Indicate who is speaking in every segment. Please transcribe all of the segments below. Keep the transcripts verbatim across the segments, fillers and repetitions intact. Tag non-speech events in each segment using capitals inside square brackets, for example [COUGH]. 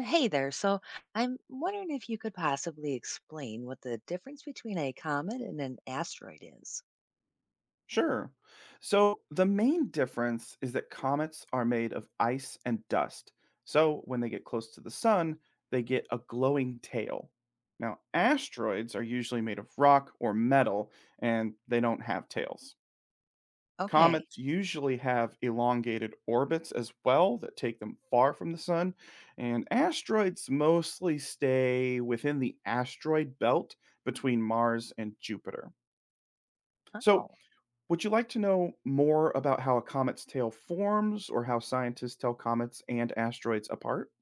Speaker 1: Hey there. So I'm wondering if you could possibly explain what the difference between a comet and an asteroid is.
Speaker 2: Sure. So the main difference is that comets are made of ice and dust. So when they get close to the sun, they get a glowing tail. Now, asteroids are usually made of rock or metal, and they don't have tails.
Speaker 1: Okay.
Speaker 2: Comets usually have elongated orbits as well that take them far from the sun, and asteroids mostly stay within the asteroid belt between Mars and Jupiter. So,
Speaker 1: Oh,
Speaker 2: would you like to know more about how a comet's tail forms or how scientists tell comets and asteroids apart?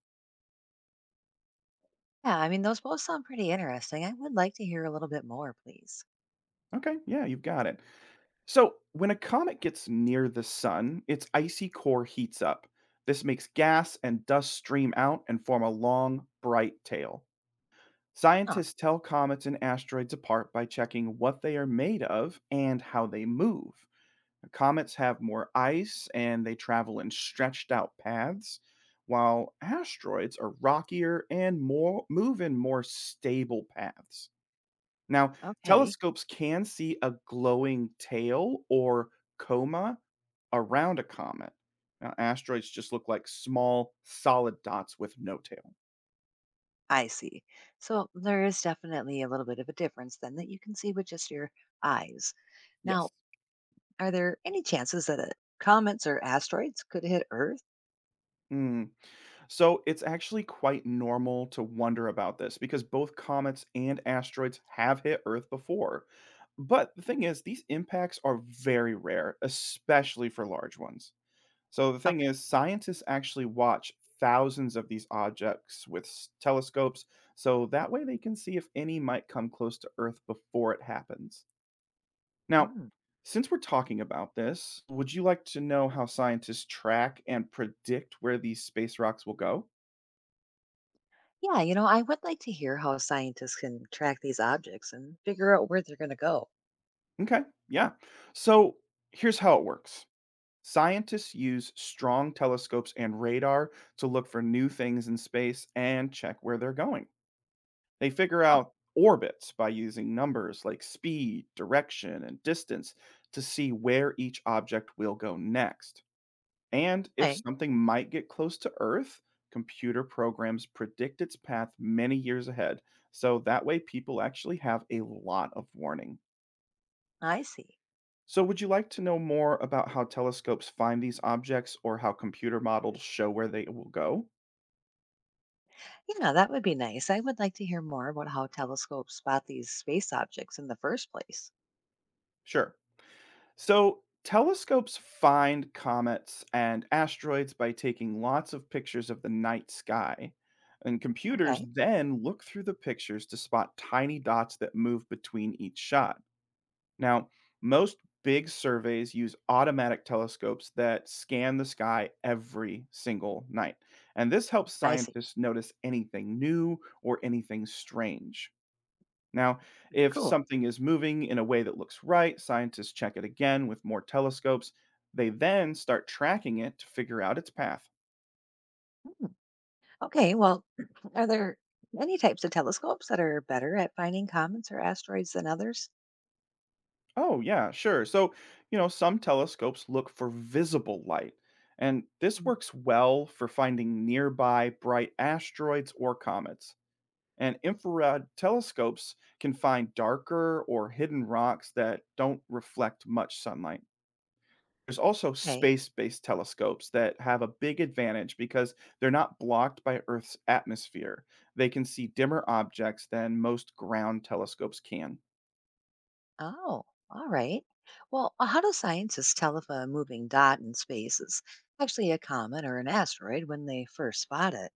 Speaker 1: yeah. I mean, those both sound pretty interesting. I would like to hear a little bit more, please.
Speaker 2: Okay, yeah, you've got it. So, when a comet gets near the sun, its icy core heats up. This makes gas and dust stream out and form a long, bright tail.
Speaker 1: Huh.
Speaker 2: Scientists tell comets and asteroids apart by checking what they are made of and how they move. Comets have more ice and they travel in stretched out paths, while asteroids are rockier and more move in more stable paths. Now,
Speaker 1: Okay.
Speaker 2: telescopes can see a glowing tail or coma around a comet. Now, asteroids just look like small, solid dots with no tail.
Speaker 1: I see. So there is definitely a little bit of a difference then that you can see with just your eyes. Now,
Speaker 2: Yes.
Speaker 1: are there any chances that uh, comets or asteroids could hit Earth?
Speaker 2: Hmm. So it's actually quite normal to wonder about this because both comets and asteroids have hit Earth before. But the thing is, these impacts are very rare, especially for large ones. So the thing
Speaker 1: Okay.
Speaker 2: is, scientists actually watch thousands of these objects with s- telescopes, so that way they can see if any might come close to Earth before it happens. Now, since we're talking about this, would you like to know how scientists track and predict where these space rocks will go?
Speaker 1: Yeah, you know, I would like to hear how scientists can track these objects and figure out where they're going to go.
Speaker 2: Okay. Yeah. So here's how it works. Scientists use strong telescopes and radar to look for new things in space and check where they're going. They figure
Speaker 1: Oh,
Speaker 2: out orbits by using numbers like speed, direction, and distance to see where each object will go next. And if
Speaker 1: okay,
Speaker 2: something might get close to Earth, computer programs predict its path many years ahead. So that way, people actually have a lot of warning.
Speaker 1: I see.
Speaker 2: So, would you like to know more about how telescopes find these objects or how computer models show where they will go?
Speaker 1: Yeah, that would be nice. I would like to hear more about how telescopes spot these space objects in the first place.
Speaker 2: Sure. So, telescopes find comets and asteroids by taking lots of pictures of the night sky. And computers
Speaker 1: Okay,
Speaker 2: then look through the pictures to spot tiny dots that move between each shot. Now, most big surveys use automatic telescopes that scan the sky every single night. And this helps
Speaker 1: I see.
Speaker 2: scientists notice anything new or anything strange. Now, if
Speaker 1: Cool.
Speaker 2: something is moving in a way that looks right, scientists check it again with more telescopes. They then start tracking it to figure out its path.
Speaker 1: Hmm, okay, well, [CLEARS THROAT] are there any types of telescopes that are better at finding comets or asteroids than others?
Speaker 2: Oh, yeah, sure. So, you know, some telescopes look for visible light, and this
Speaker 1: Mhm.
Speaker 2: works well for finding nearby bright asteroids or comets. And infrared telescopes can find darker or hidden rocks that don't reflect much sunlight. There's also
Speaker 1: Okay.
Speaker 2: space based telescopes that have a big advantage because they're not blocked by Earth's atmosphere. They can see dimmer objects than most ground telescopes can.
Speaker 1: Oh, all right. Well, uh, how do scientists tell if a moving dot in space is actually a comet or an asteroid when they first spot it?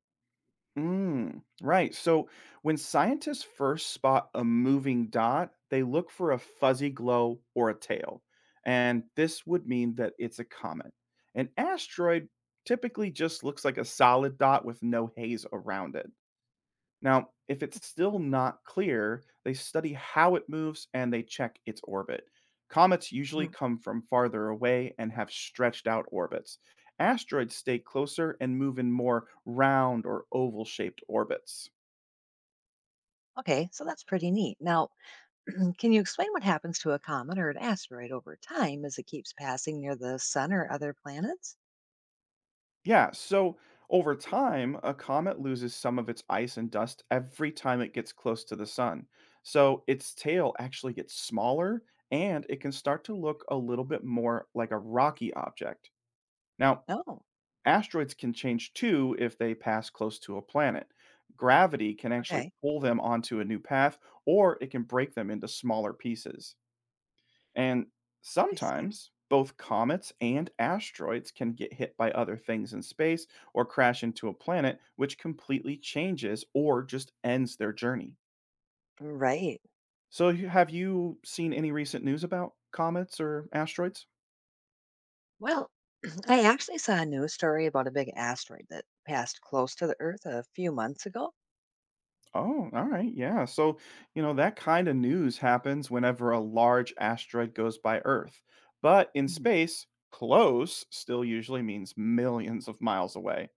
Speaker 2: Mm, right. So when scientists first spot a moving dot, they look for a fuzzy glow or a tail. And this would mean that it's a comet. An asteroid typically just looks like a solid dot with no haze around it. Now, if it's still not clear, they study how it moves and they check its orbit. Comets usually
Speaker 1: Mhm.
Speaker 2: come from farther away and have stretched out orbits. Asteroids stay closer and move in more round or oval shaped orbits.
Speaker 1: Okay, so that's pretty neat. Now, [CLEARS THROAT] can you explain what happens to a comet or an asteroid over time as it keeps passing near the sun or other planets?
Speaker 2: Yeah, so over time, a comet loses some of its ice and dust every time it gets close to the sun. So its tail actually gets smaller and it can start to look a little bit more like a rocky object. Now,
Speaker 1: Oh,
Speaker 2: asteroids can change too if they pass close to a planet. Gravity can actually
Speaker 1: okay,
Speaker 2: pull them onto a new path, or it can break them into smaller pieces. And
Speaker 1: I see.
Speaker 2: sometimes both comets and asteroids can get hit by other things in space or crash into a planet, which completely changes or just ends their journey.
Speaker 1: Right.
Speaker 2: So, you- have you seen any recent news about comets or asteroids?
Speaker 1: Well, [CLEARS THROAT] I actually saw a news story about a big asteroid that passed close to the Earth a few months ago.
Speaker 2: Oh, all right. Yeah. So, you know, that kind of news happens whenever a large asteroid goes by Earth. But in
Speaker 1: Mhm.
Speaker 2: space, close still usually means millions of miles away.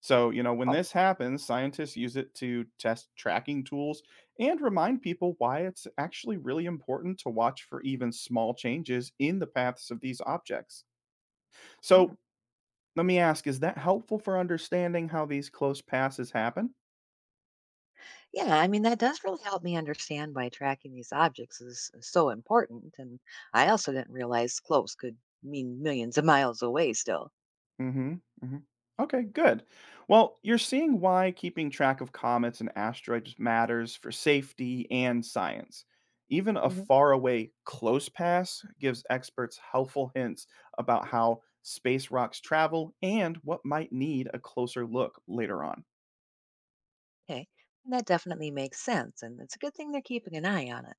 Speaker 2: So, you know, when
Speaker 1: Oh,
Speaker 2: this happens, scientists use it to test tracking tools and remind people why it's actually really important to watch for even small changes in the paths of these objects.
Speaker 1: hmm.
Speaker 2: So, let me ask, is that helpful for understanding how these close passes happen?
Speaker 1: Yeah, I mean, that does really help me understand why tracking these objects is so important. And I also didn't realize close could mean millions of miles away still.
Speaker 2: Mhm, mhm. Okay, good. Well, you're seeing why keeping track of comets and asteroids matters for safety and science. Even a
Speaker 1: Hmm.
Speaker 2: faraway close pass gives experts helpful hints about how space rocks travel and what might need a closer look later on.
Speaker 1: Okay, and that definitely makes sense. And it's a good thing they're keeping an eye on it.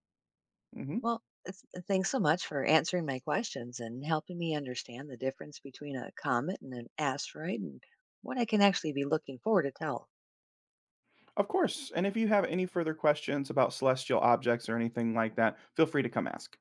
Speaker 2: Hmm.
Speaker 1: Well, it's, uh, thanks so much for answering my questions and helping me understand the difference between a comet and an asteroid and what I can actually be looking for to tell.
Speaker 2: Of course. And if you have any further questions about celestial objects or anything like that, feel free to come ask.